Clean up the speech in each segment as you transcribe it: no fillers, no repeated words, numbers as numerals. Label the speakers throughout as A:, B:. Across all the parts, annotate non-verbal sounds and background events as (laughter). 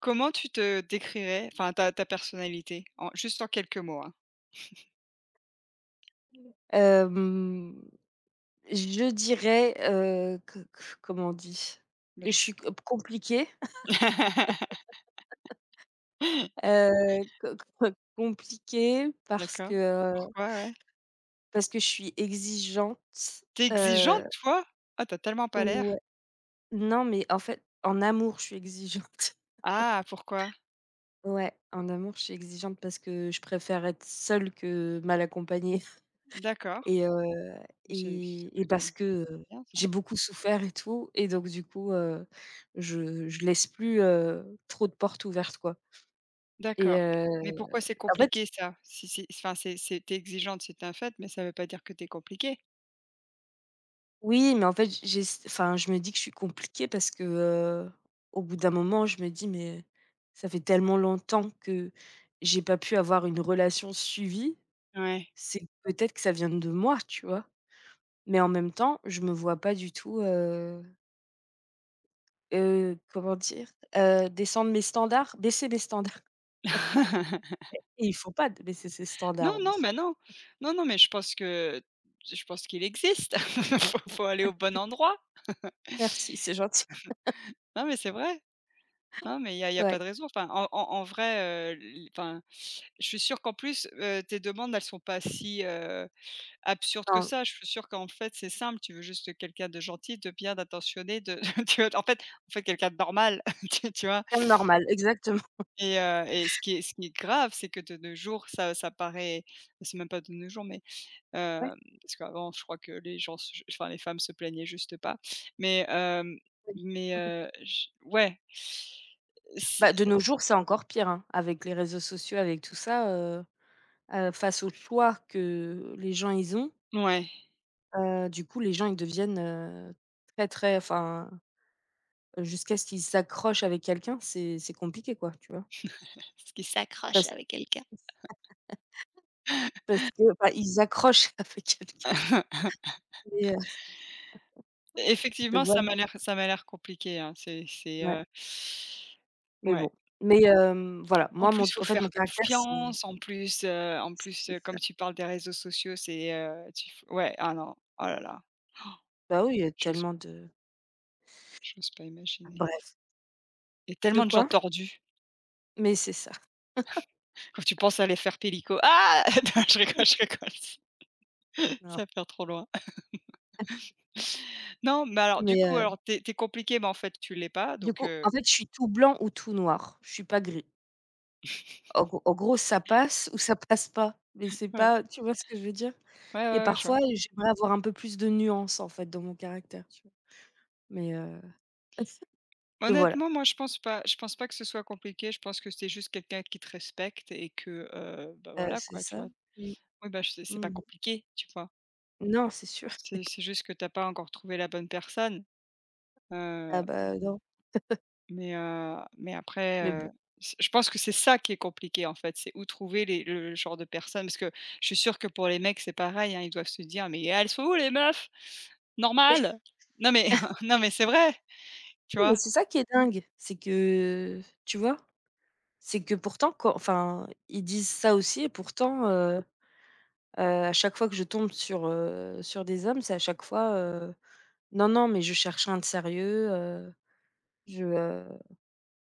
A: Comment tu te décrirais, enfin ta personnalité? En juste en quelques mots, hein.
B: Hem, je dirais, que comment on dit?
A: Moi
B: Que
A: je
B: je suis
A: sais.
B: compliquée,
A: (laughs)
B: heu, co co (laughs) compliquée parce
A: D'accord.
B: que, heu,
A: Pourquoi? Ouais.
B: parce que je suis exigeante,
A: Tu exigeante
B: heu,
A: toi? Ah t'as tellement pas
B: ouais.
A: l'air.
B: Non, mais en fait, en amour, je suis exigeante. (laughs)
A: Ah pourquoi?
B: Ouais, en amour, je suis exigeante parce que je préfère être seule que mal accompagnée.
A: D'accord.
B: Et heu
A: Bah, c'est
B: et
A: plutôt
B: parce que, heu,
A: bien ça.
B: j'ai beaucoup souffert et tout, et donc du coup, je laisse plus, trop de portes ouvertes, quoi, et
A: D'accord. Mais pourquoi c'est
B: en fait
A: compliqué ça? Si enfin c'est tu exigeante, c'est un fait, mais ça veut pas dire que t'es compliquée.
B: oui, mais en fait, je me dis que je suis compliquée parce que, au bout d'un moment, je me dis: «Mais ça fait tellement longtemps que j'ai pas pu avoir une relation suivie,
A: Ouais.
B: c'est peut-être que ça vient de moi», tu vois? Mais en même temps, je me vois pas du tout. Comment dire? Descendre mes standards, baisser mes standards.
A: (laughs)
B: Et il faut pas d baisser ses
A: Non,
B: standards, on me
A: non,
B: dit.
A: mais non. Non, non, mais je pense qu'il existe. (laughs) Faut aller au bon endroit.
B: Merci, c'est gentil.
A: Non, mais c'est vrai. Non, mais il y a
B: Ouais.
A: pas de raison. Enfin, en vrai, l enfin, je suis sûre qu'en plus, tes demandes, elles sont pas si, absurdes que
B: Non,
A: ça. Je suis sûre qu'en fait, c'est simple, tu veux juste quelqu'un de gentil, de bien, d'attentionné, de (laughs) tu vois? En fait, quelqu'un de normal, (laughs) tu vois?
B: même normal, exactement.
A: Et ce qui est grave, c'est que de nos jours, ça paraît c'est même pas de nos jours, mais
B: Ouais,
A: hem, parce qu'avant, je crois que les gens se enfin, les femmes se plaignaient juste pas. Mais
B: ouais.
A: mais j ouais. C'est
B: Bah, de nos jours, c'est encore pire, hein, avec les réseaux sociaux, avec tout ça, heu face aux choix que les gens, ils ont,
A: ouais.
B: du coup, les gens, ils deviennent, très, très enfin, jusqu'à ce qu'ils s'accrochent avec quelqu'un, c'est compliqué, quoi, tu vois?
A: Parce qu'il s'accroche
B: Parce
A: avec quelqu'un.
B: parce que, bah, ils accrochent (laughs) avec quelqu'un,
A: (laughs)
B: et heu, donc
A: Effectivement, ça
B: voilà,
A: m'a l'air compliqué, hein. C'est,
B: ouais. Mais
A: ouais.
B: bon, voilà,
A: En
B: moi mon
A: plus, faut
B: en fait mon
A: faire
B: caractère, c'est
A: confiance, en plus,
B: c'est ça.
A: comme tu parles des réseaux sociaux, c'est, tu f ouais, ah non, oh là là,
B: Bah, oui, il y a
A: j'ose
B: tellement de
A: j'ose pas imaginer.
B: bref.
A: Il y a
B: De
A: tellement de gens
B: quoi?
A: tordus,
B: Mais c'est ça.
A: quand tu penses à les faire pélico ah! (laughs) Non, je rigole, (laughs)
B: Non.
A: ça part trop loin.
B: (laughs)
A: (laughs) Non, mais alors du
B: Mais
A: coup, alors t'es es tu mais en fait, tu l'es pas
B: du
A: donc
B: coup, en fait, je suis tout blanc ou tout noir, je suis pas gris.
A: (laughs)
B: En gros, ça passe ou ça passe pas, mais c'est
A: ouais.
B: pas, tu vois ce que je veux dire? Et
A: Ouais, je vois.
B: parfois, j'aimerais avoir un peu plus de nuances, en fait, dans mon caractère, tu vois? Mais heu, (laughs) mais voilà,
A: Honnêtement, moi, je pense pas. Je pense pas que ce soit compliqué. Je pense que c'est juste quelqu'un qui te respecte et que, bah, voilà,
B: c'est
A: quoi, tu
B: ça.
A: vois?
B: Mmh.
A: Oui, bah, c'est
B: Mmh
A: pas
B: mh.
A: compliqué, tu vois?
B: Non, c'est sûr.
A: C'est juste que t'as pas encore trouvé la bonne personne, heu,
B: Ah bah, non,
A: mais après,
B: mais
A: heu,
B: bon.
A: c je pense que c'est ça qui est compliqué, en fait. C'est où trouver les le genre de personne parce que je suis sûre que pour les mecs, c'est pareil, hein. Ils doivent se dire: «Mais elles sont où les meufs Normal non mais (laughs) non mais c'est vrai, tu
B: Oui, mais
A: vois?
B: c'est ça qui est dingue, c'est que, tu vois? C'est que pourtant quand enfin, ils disent ça aussi, et pourtant, à chaque fois que je tombe sur des hommes, c'est à chaque fois: «Non, non, mais je cherche un de sérieux, je, heu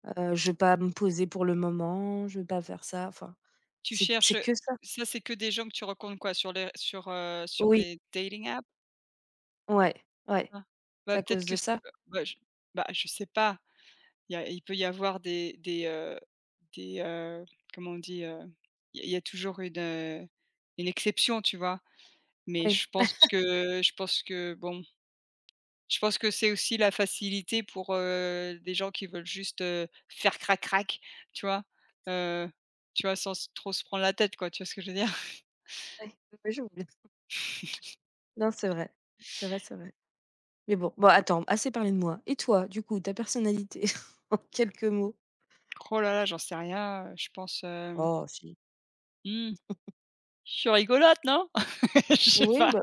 B: je veux pas me poser pour le moment, je veux pas faire ça». Enfin,
A: Tu
B: c'est
A: cherches,
B: que ça.
A: ça c'est que des gens que tu rencontres quoi? Sur sur
B: Oui,
A: des dating apps?
B: ouais, ouais,
A: Bah,
B: c'est à
A: peut-être
B: cause
A: que
B: de
A: c'est,
B: ça.
A: bah, je sais pas. Il peut y avoir des des, heu, comment on dit? Il y a toujours une exception, tu vois? Mais
B: Oui,
A: je pense que bon, je pense que c'est aussi la facilité pour, des gens qui veulent juste, faire crac crac, tu vois? Heu, Sans s trop se prendre la tête quoi, tu vois ce que je veux dire?
B: oui, oui, je voulais non, c'est vrai. C'est vrai, c'est vrai. Mais bon, attends, assez parlé de moi, et toi, du coup, ta personnalité (laughs) en quelques mots?
A: Oh là là, j'en sais rien, je pense,
B: Oh si.
A: mmh, je suis rigolote, non? (laughs) Je sais
B: Oui,
A: pas.
B: bah,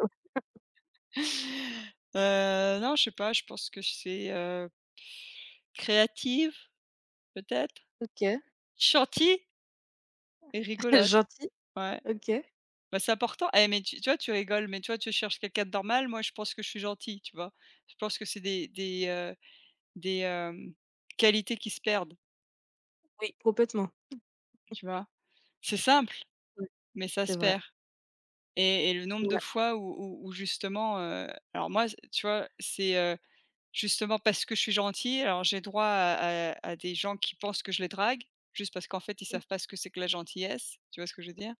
A: Non, je sais pas, je pense que c'est, créative, peut-être?
B: OK.
A: Gentille et
B: (laughs)
A: rigolote.
B: Gentil,
A: Ouais.
B: OK.
A: Bah, c'est important. Eh, mais tu vois, tu rigoles, mais tu vois, tu cherches quelqu'un de normal, moi, je pense que je suis gentille, tu vois? Je pense que c'est des qualités qui se perdent,
B: Oui. Complètement.
A: tu vois? C'est simple,
B: Ouais,
A: mais ça
B: c'est
A: se
B: vrai.
A: perd et le nombre de
B: Ouais.
A: fois où justement, alors moi, c tu vois, c'est, justement parce que je suis gentille, alors j'ai droit à des gens qui pensent que je les drague, juste parce qu'en fait, ils savent pas ce que c'est que la gentillesse, tu vois ce que je veux dire?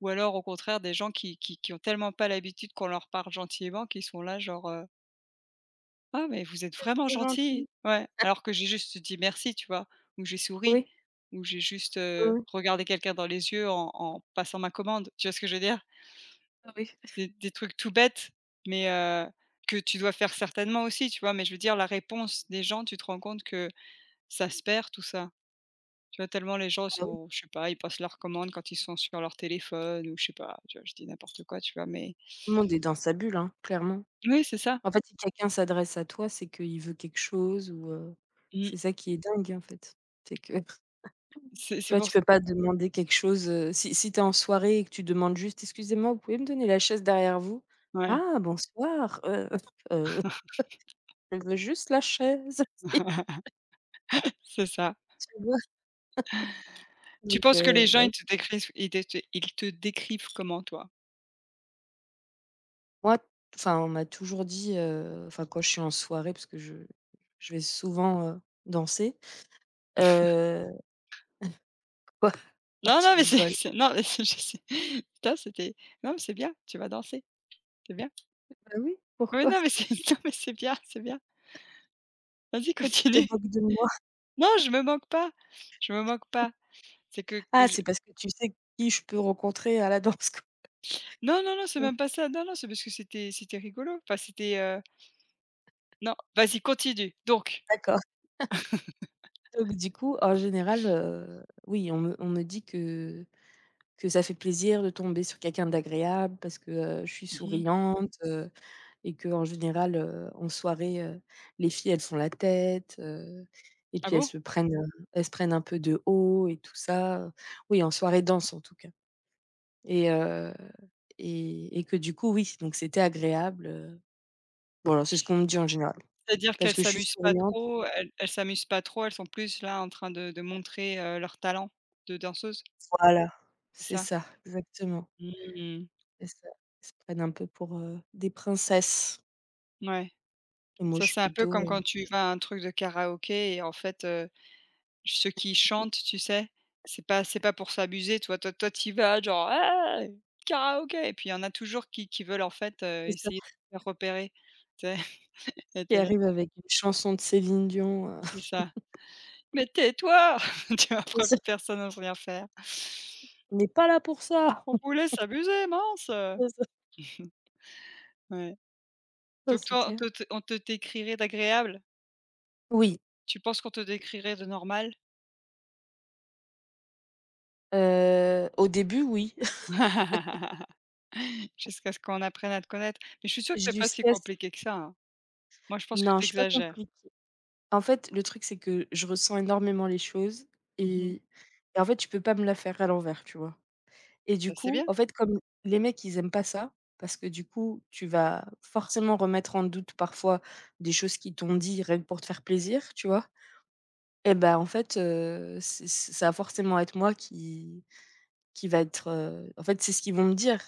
A: Ou alors au contraire des gens qui ont tellement pas l'habitude qu'on leur parle gentiment, qu'ils sont là genre, «Ah mais vous êtes vraiment
B: Trop gentil.
A: gentille!» Ouais, alors que j'ai juste dit: «Merci», tu vois? Ou j'ai souri,
B: Oui,
A: ou j'ai juste,
B: oui, oui, oui, oui.
A: regardé quelqu'un dans les yeux en passant ma commande, tu vois ce que je veux dire?
B: Ah
A: Des trucs tout bêtes, mais que tu dois faire certainement aussi, tu vois? Mais je veux dire la réponse des gens, tu te rends compte que ça se perd tout ça. Tu vois? Tellement les gens
B: oui.
A: sont je sais pas, ils passent leurs commandes quand ils sont sur leur téléphone ou je sais pas, tu vois? Je dis n'importe quoi, tu vois? Mais
B: Tout le monde est dans sa bulle, hein, clairement.
A: oui, c'est ça.
B: En fait, si quelqu'un s'adresse à toi, c'est qu'il veut quelque chose, ou
A: Mmh.
B: c'est ça qui est dingue, en fait. C'est que (laughs)
A: C'est
B: tu
A: c'est
B: vois,
A: pour
B: tu
A: ç
B: peux pas demander quelque chose, si tu es en soirée et que tu demandes juste: «Excusez-moi, vous pouvez me donner la chaise derrière vous?»
A: ouais.
B: «Ah bonsoir, heu, (laughs) je veux juste la chaise», (laughs)
A: (laughs) C'est ça.
B: tu vois?
A: Tu
B: Donc
A: penses que les
B: heu,
A: gens,
B: bah
A: ils te décrivent ils te décrivent comment, toi?
B: Moi, enfin, on m'a toujours dit, enfin, quand je suis en soirée, parce que je vais souvent, danser, heu quoi? (laughs) Pourquoi
A: Non,
B: tu
A: non, mais c'est
B: rigoles?
A: c'est non, mais c'est je sais. Putain, c'était non, mais c'est bien, tu vas danser, c'est bien.
B: Bah oui,
A: Oui,
B: pourquoi?
A: non, mais c'est (laughs) non, mais c'est bien, c'est bien. Vas-y,
B: Pourquoi tu te
A: continue.
B: moques de moi?
A: Non, je me moque pas, je me moque pas. C'est que
B: Ah,
A: je
B: c'est parce que tu sais qui je peux rencontrer à la danse, quoi.
A: non, non, non, c'est
B: Mmh.
A: même pas ça. Non, non, c'est parce que c'était rigolo. Enfin, c'était, non, vas-y, continue. Donc
B: D'accord. Donc du coup, en général, oui, on me dit que ça fait plaisir de tomber sur quelqu'un d'agréable parce que, je suis
A: mmh.
B: souriante, et que, en général, en soirée, les filles, elles font la tête, et
A: Ah
B: puis elles
A: bon?
B: se prennent, heu, elles se prennent un peu de haut et tout ça, Oui, en soirée danse, en tout cas, et heu et que du coup, oui, donc c'était agréable, Bon, alors, c'est ce qu'on me dit en général
A: C'est-à-dire
B: parce
A: qu'elles
B: que je suis
A: s'amusent pas
B: souriante.
A: trop, elles s'amusent pas trop, elles sont plus là en train de montrer, leur talent de danseuse,
B: Voilà,
A: c'est
B: c'est
A: ça?
B: ça, exactement,
A: Mmh.
B: c'est ça. Ils se prennent un peu pour, des princesses,
A: Ouais.
B: et moi,
A: Ça,
B: je suis
A: c'est un peu
B: plutôt,
A: comme quand tu vas à un truc de karaoké et en fait, ceux qui chantent, tu sais? C'est pas pour s'amuser, toi, t'y vas genre: «Hey, karaoké!» Et puis il y en a toujours qui veulent en fait,
B: c'est ça,
A: essayer de se faire repérer, tu sais? (laughs) Et
B: qui
A: tu là
B: arrive avec une chanson de Céline Dion,
A: c'est ça. «Mais tais-toi!» (laughs) Tu vois?
B: C'est
A: Après
B: ça.
A: plus personne n'ose rien faire.
B: (laughs) «On n'est pas là pour ça!»
A: «On voulait s'amuser, amuser, mince!»
B: C'est ça.
A: Ouais.
B: Non,
A: Donc
B: c'est
A: toi,
B: clair.
A: on te décrirait d'agréable?
B: Oui,
A: Tu penses qu'on te décrirait de normal?
B: au début, oui. (laughs)
A: (laughs) Jusqu'à ce qu'on apprenne à te connaître. Mais je suis sûre que c'est pas si
B: Jusqu'à ce
A: compliqué que ça, hein. Moi, je pense que
B: Non,
A: tu
B: je suis pas
A: exagères.
B: compliquée. En fait, le truc, c'est que je ressens énormément les choses,
A: Mmh.
B: et et en fait, je peux pas me la faire à l'envers, tu vois? Et du
A: Bah, c'est
B: coup,
A: bien.
B: en fait, comme les mecs, ils aiment pas ça, parce que du coup, tu vas forcément remettre en doute parfois des choses qu'ils t'ont dit rien que pour te faire plaisir, tu vois? Et bah, en fait, c'est ça va forcément être moi qui va être, en fait, c'est ce qu'ils vont me dire: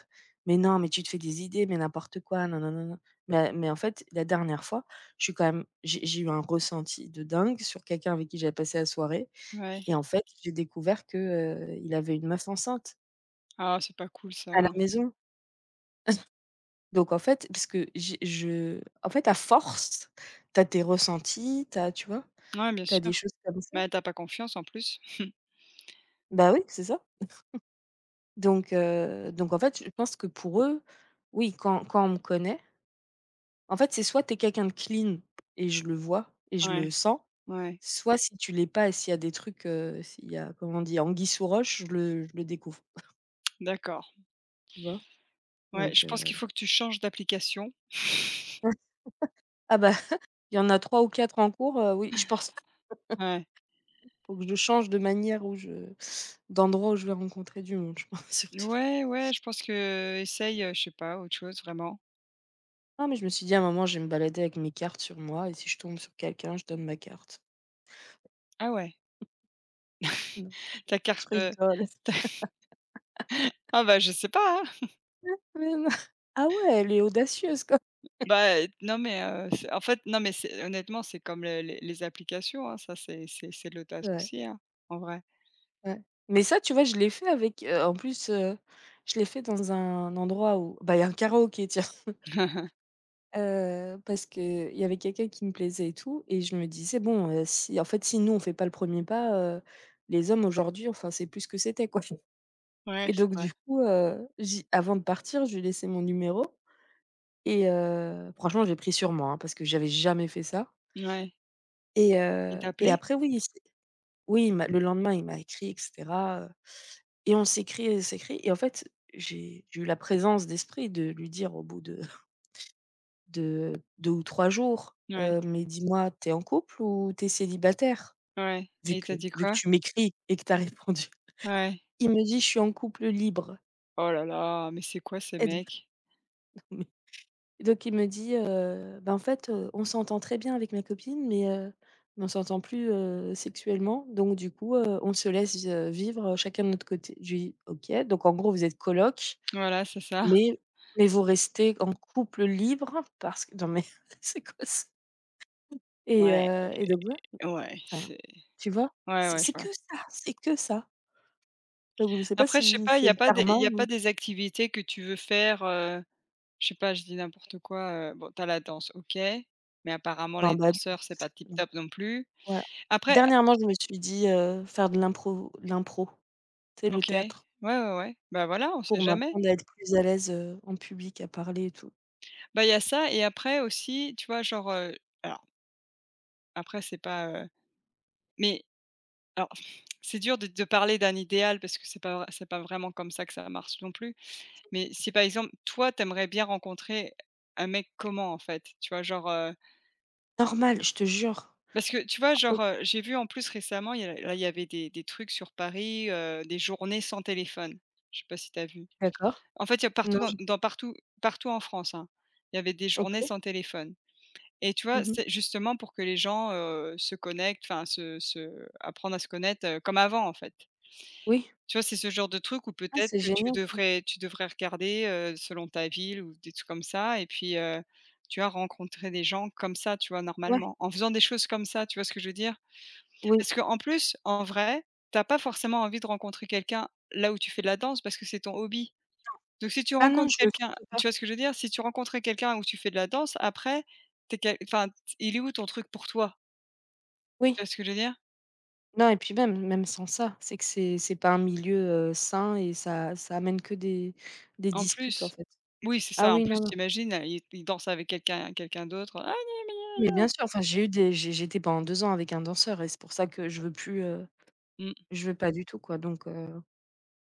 B: «Mais non, mais tu te fais des idées, mais n'importe quoi, non, non, non, non. Mais en fait, la dernière fois, je suis quand même j'ai eu un ressenti de dingue sur quelqu'un avec qui j'avais passé la soirée,
A: Ouais.
B: et en fait, j'ai découvert que, il avait une meuf enceinte
A: Ah, c'est pas cool
B: à la
A: ça.
B: maison. Donc en fait, parce que j'ai je en fait, à force, t'as tes ressentis, t'as, tu vois?
A: Ouais, bien
B: T'as
A: sûr.
B: des choses comme ça.
A: Mais t'as pas confiance en plus. (laughs)
B: Bah oui, c'est ça. Donc en fait, je pense que pour eux, oui, quand on me connaît. En fait, c'est soit tu es quelqu'un de clean et je le vois et je le
A: Ouais,
B: sens,
A: ouais.
B: soit si tu l'es pas et s'il y a des trucs, s'il y a, comment on dit, anguille sous roche, je le découvre,
A: D'accord.
B: tu vois?
A: Ouais,
B: Donc
A: je pense qu'il
B: heu,
A: faut que tu changes d'application. (laughs)
B: ah bah, il y en a 3 ou 4 en cours, oui, je pense (laughs)
A: Ouais.
B: faut que je change de manière où je d'endroit où je vais rencontrer du monde, je pense (laughs) surtout.
A: Ouais, je pense que essaye, je sais pas, autre chose vraiment.
B: Non, mais je me suis dit à un moment, je vais me balader avec mes cartes sur moi, et si je tombe sur quelqu'un, je donne ma carte.
A: Ah ouais,
B: Non,
A: (laughs) ta
B: je
A: carte,
B: rigole.
A: (laughs)
B: (laughs)
A: ah bah, je sais pas, hein.
B: Mais non. Ah ouais, elle est audacieuse quoi.
A: Bah, non mais, c'est en fait, non mais c'est honnêtement, c'est comme le les applications, hein, ça c'est c'est l'audace
B: Ouais.
A: aussi, hein, en vrai.
B: Ouais. Mais ça, tu vois, je l'ai fait avec, en plus, je l'ai fait dans un endroit où, bah, il y a un karaoké, tiens. (laughs)
A: (laughs)
B: Parce qu'il y avait quelqu'un qui me plaisait et tout, et je me disais: «Bon, si en fait, si nous, on fait pas le premier pas, les hommes aujourd'hui, enfin, c'est plus ce que c'était, quoi». (laughs)
A: Ouais,
B: Et
A: c'est
B: donc
A: vrai.
B: du coup, j'ai avant de partir, je lui ai laissé mon numéro, franchement, j'ai pris sur moi, hein, parce que j'avais jamais fait ça,
A: Ouais.
B: et
A: Il
B: heu
A: t'a
B: et
A: appelé?
B: après, oui, c'est oui, il m'a, le lendemain, il m'a écrit et cetera. Et on s'écrit et s'écrit, et en fait, j'ai eu la présence d'esprit de lui dire au bout de (laughs) de deux ou 3 jours:
A: Ouais,
B: Mais dis-moi, t'es en couple ou t'es célibataire?
A: ouais
B: Vu
A: et il
B: que
A: t'a dit
B: vu que
A: quoi?
B: tu m'écris et que t'as (laughs) répondu».
A: Ouais.
B: Il me dit: «Je suis en couple libre»,
A: Oh là là, mais c'est quoi ces
B: et donc
A: mecs?
B: (laughs) mais donc il me dit: Bah, en fait, on s'entend très bien avec ma copine, mais on s'entend plus, sexuellement, donc du coup, on se laisse, vivre, chacun de notre côté». Je lui dis: «OK, donc en gros vous êtes coloc.
A: Voilà, c'est ça.
B: Mais mais vous restez en couple libre parce que?» Non mais (laughs) c'est quoi ça? Et
A: Ouais,
B: heu et donc voilà,
A: ouais,
B: enfin,
A: c'est
B: tu vois?
A: ouais,
B: C'est
A: ouais, je
B: c'est
A: vois.
B: que ça, c'est que ça. Donc je sais pas
A: Après, je sais
B: si
A: pas,
B: c'est le karma
A: il y a pas
B: ou
A: des activités que tu veux faire, je sais pas, je dis n'importe quoi, bon, t'as la danse, OK, mais apparemment
B: non,
A: les
B: bah,
A: danseurs, c'est pas tip
B: non,
A: top non plus.
B: voilà.
A: Après
B: Dernièrement, je me suis dit, faire de l'impro, tu sais, le
A: OK,
B: théâtre,
A: ouais, bah, voilà, on sait
B: pour
A: jamais.
B: m'apprendre à être plus à l'aise, en public, à parler et tout.
A: Bah, il y a ça et après aussi, tu vois, genre, alors après c'est pas, mais alors (sniffs) c'est dur de parler d'un idéal parce que c'est pas vr c'est pas vraiment comme ça que ça marche non plus, mais si par exemple, toi, t'aimerais bien rencontrer un mec comment en fait? Tu vois, genre,
B: Normal, je te jure.
A: parce que tu vois, genre,
B: (unintelligible)
A: j'ai vu en plus récemment, il y avait des trucs sur Paris, des journées sans téléphone. Je sais pas si tu as vu?
B: D'accord.
A: En fait, il y a partout
B: Non,
A: dans
B: j'ai
A: dans partout partout en France, hein, il y avait des
B: OK.
A: journées sans téléphone et tu vois,
B: Mmh mh.
A: c'est justement pour que les gens, se connectent, enfin se se apprendre à se connaître, comme avant, en fait.
B: Oui.
A: Tu vois, c'est ce genre de truc où
B: Ah,
A: peut-être
B: c'est
A: que
B: génial ça.
A: tu devrais regarder, selon ta ville ou des trucs comme ça et puis, tu vois, rencontrer des gens comme ça, tu vois,
B: Ouais,
A: normalement. En faisant des choses comme ça, tu vois ce que je veux dire?
B: oui.
A: Parce qu'en plus, en vrai, t'as pas forcément envie de rencontrer quelqu'un là où tu fais de la danse parce que c'est ton hobby. Donc si tu
B: Ah non,
A: rencontres
B: je veux
A: quelqu'un
B: surtout pas.
A: tu vois ce que je veux dire? Si tu rencontrais quelqu'un où tu fais de la danse, après, tu quel enfin, t- il est où ton truc pour toi?
B: Oui.
A: Tu vois ce que je veux dire?
B: Non, et puis même sans ça, c'est que c'est pas un milieu, sain, et ça amène que des
A: En
B: disputes, en
A: plus
B: fait.
A: oui, c'est
B: Ah
A: ça, en
B: oui,
A: plus
B: non, non,
A: t'imagines, imagines, il danse avec quelqu'un d'autre.
B: mais bien sûr, enfin, j'ai eu des j'ai j'étais pendant 2 ans avec un danseur et c'est pour ça que je veux plus,
A: Mmh.
B: je veux pas du tout, quoi,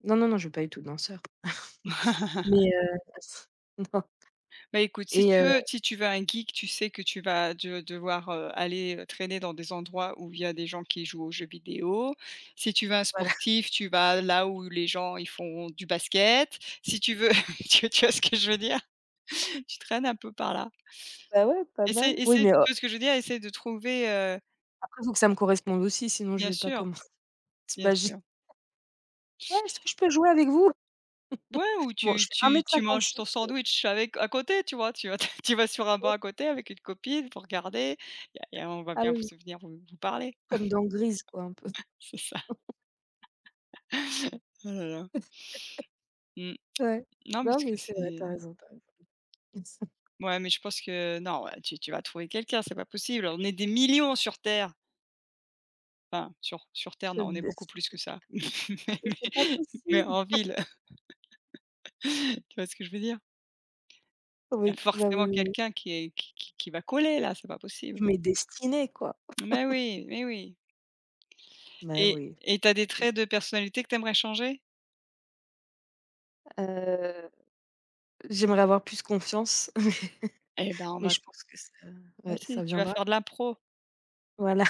B: non, non, non, je veux pas du tout de danseur,
A: (laughs)
B: mais heu, (laughs) non
A: Bah, écoute,
B: et heu,
A: si tu veux un geek, tu sais que tu vas de devoir, aller, traîner dans des endroits où il y a des gens qui jouent aux jeux vidéo. Si tu veux un
B: voilà. (laughs)
A: sportif, tu vas là où les gens, ils font du basket. Si tu veux (laughs) tu vois ce que je veux dire? Tu traînes un peu par là.
B: Bah, ouais, pas
A: Essaie
B: mal. Oui,
A: essaie
B: mais
A: tu vois ce que je veux dire? Essaie de trouver,
B: après faut que ça me corresponde aussi, sinon je
A: bien
B: vais pas
A: sûr,
B: comme (laughs)
A: bien
B: t'imagines.
A: sûr.
B: «Ouais, est-ce que je peux jouer avec vous?»
A: Ouais, ou
B: Bon, je
A: tu
B: fais 1
A: tu
B: m
A: tu manges ton
B: 56,
A: sandwich avec à côté, tu vois? Tu vas (laughs) tu vas sur un banc
B: mais
A: à côté avec une copine, pour regarder. Et on va
B: ah
A: bien vous
B: oui,
A: souvenir vous parlez.
B: comme dans Grise quoi, un peu.
A: C'est ça. Oh là là. Mmh.
B: Ouais.
A: Non
B: Non,
A: parce
B: mais
A: que
B: c'est vrai, tu as
A: c'est
B: raison, tu as raison. (laughs)
A: ouais, mais je pense que non, ouais, tu vas trouver quelqu'un, c'est pas possible. On est des millions sur terre. Enfin sur terre,
B: Je
A: non, on est
B: me
A: beaucoup
B: dis:
A: plus que ça. (laughs) Mais
B: «Mais
A: mais
B: c'est pas
A: mais
B: possible!»
A: en ville, (laughs) tu vois ce que je veux dire? Il y a
B: Oui, bah, oui,
A: forcément
B: oui, oui.
A: quelqu'un qui est qui va coller là, c'est pas possible.
B: Il destiné, quoi.
A: Mais oui
B: Bah,
A: et
B: oui.
A: t'as des
B: Écoute.
A: traits de personnalité que t'aimerais changer?
B: Heu, J'aimerais avoir plus confiance, (laughs)
A: Eh ben, on
B: mais
A: va
B: je pense que ça,
A: bah
B: ouais, ça
A: si, tu vas
B: viendra.
A: faire de l'impro.
B: Voilà.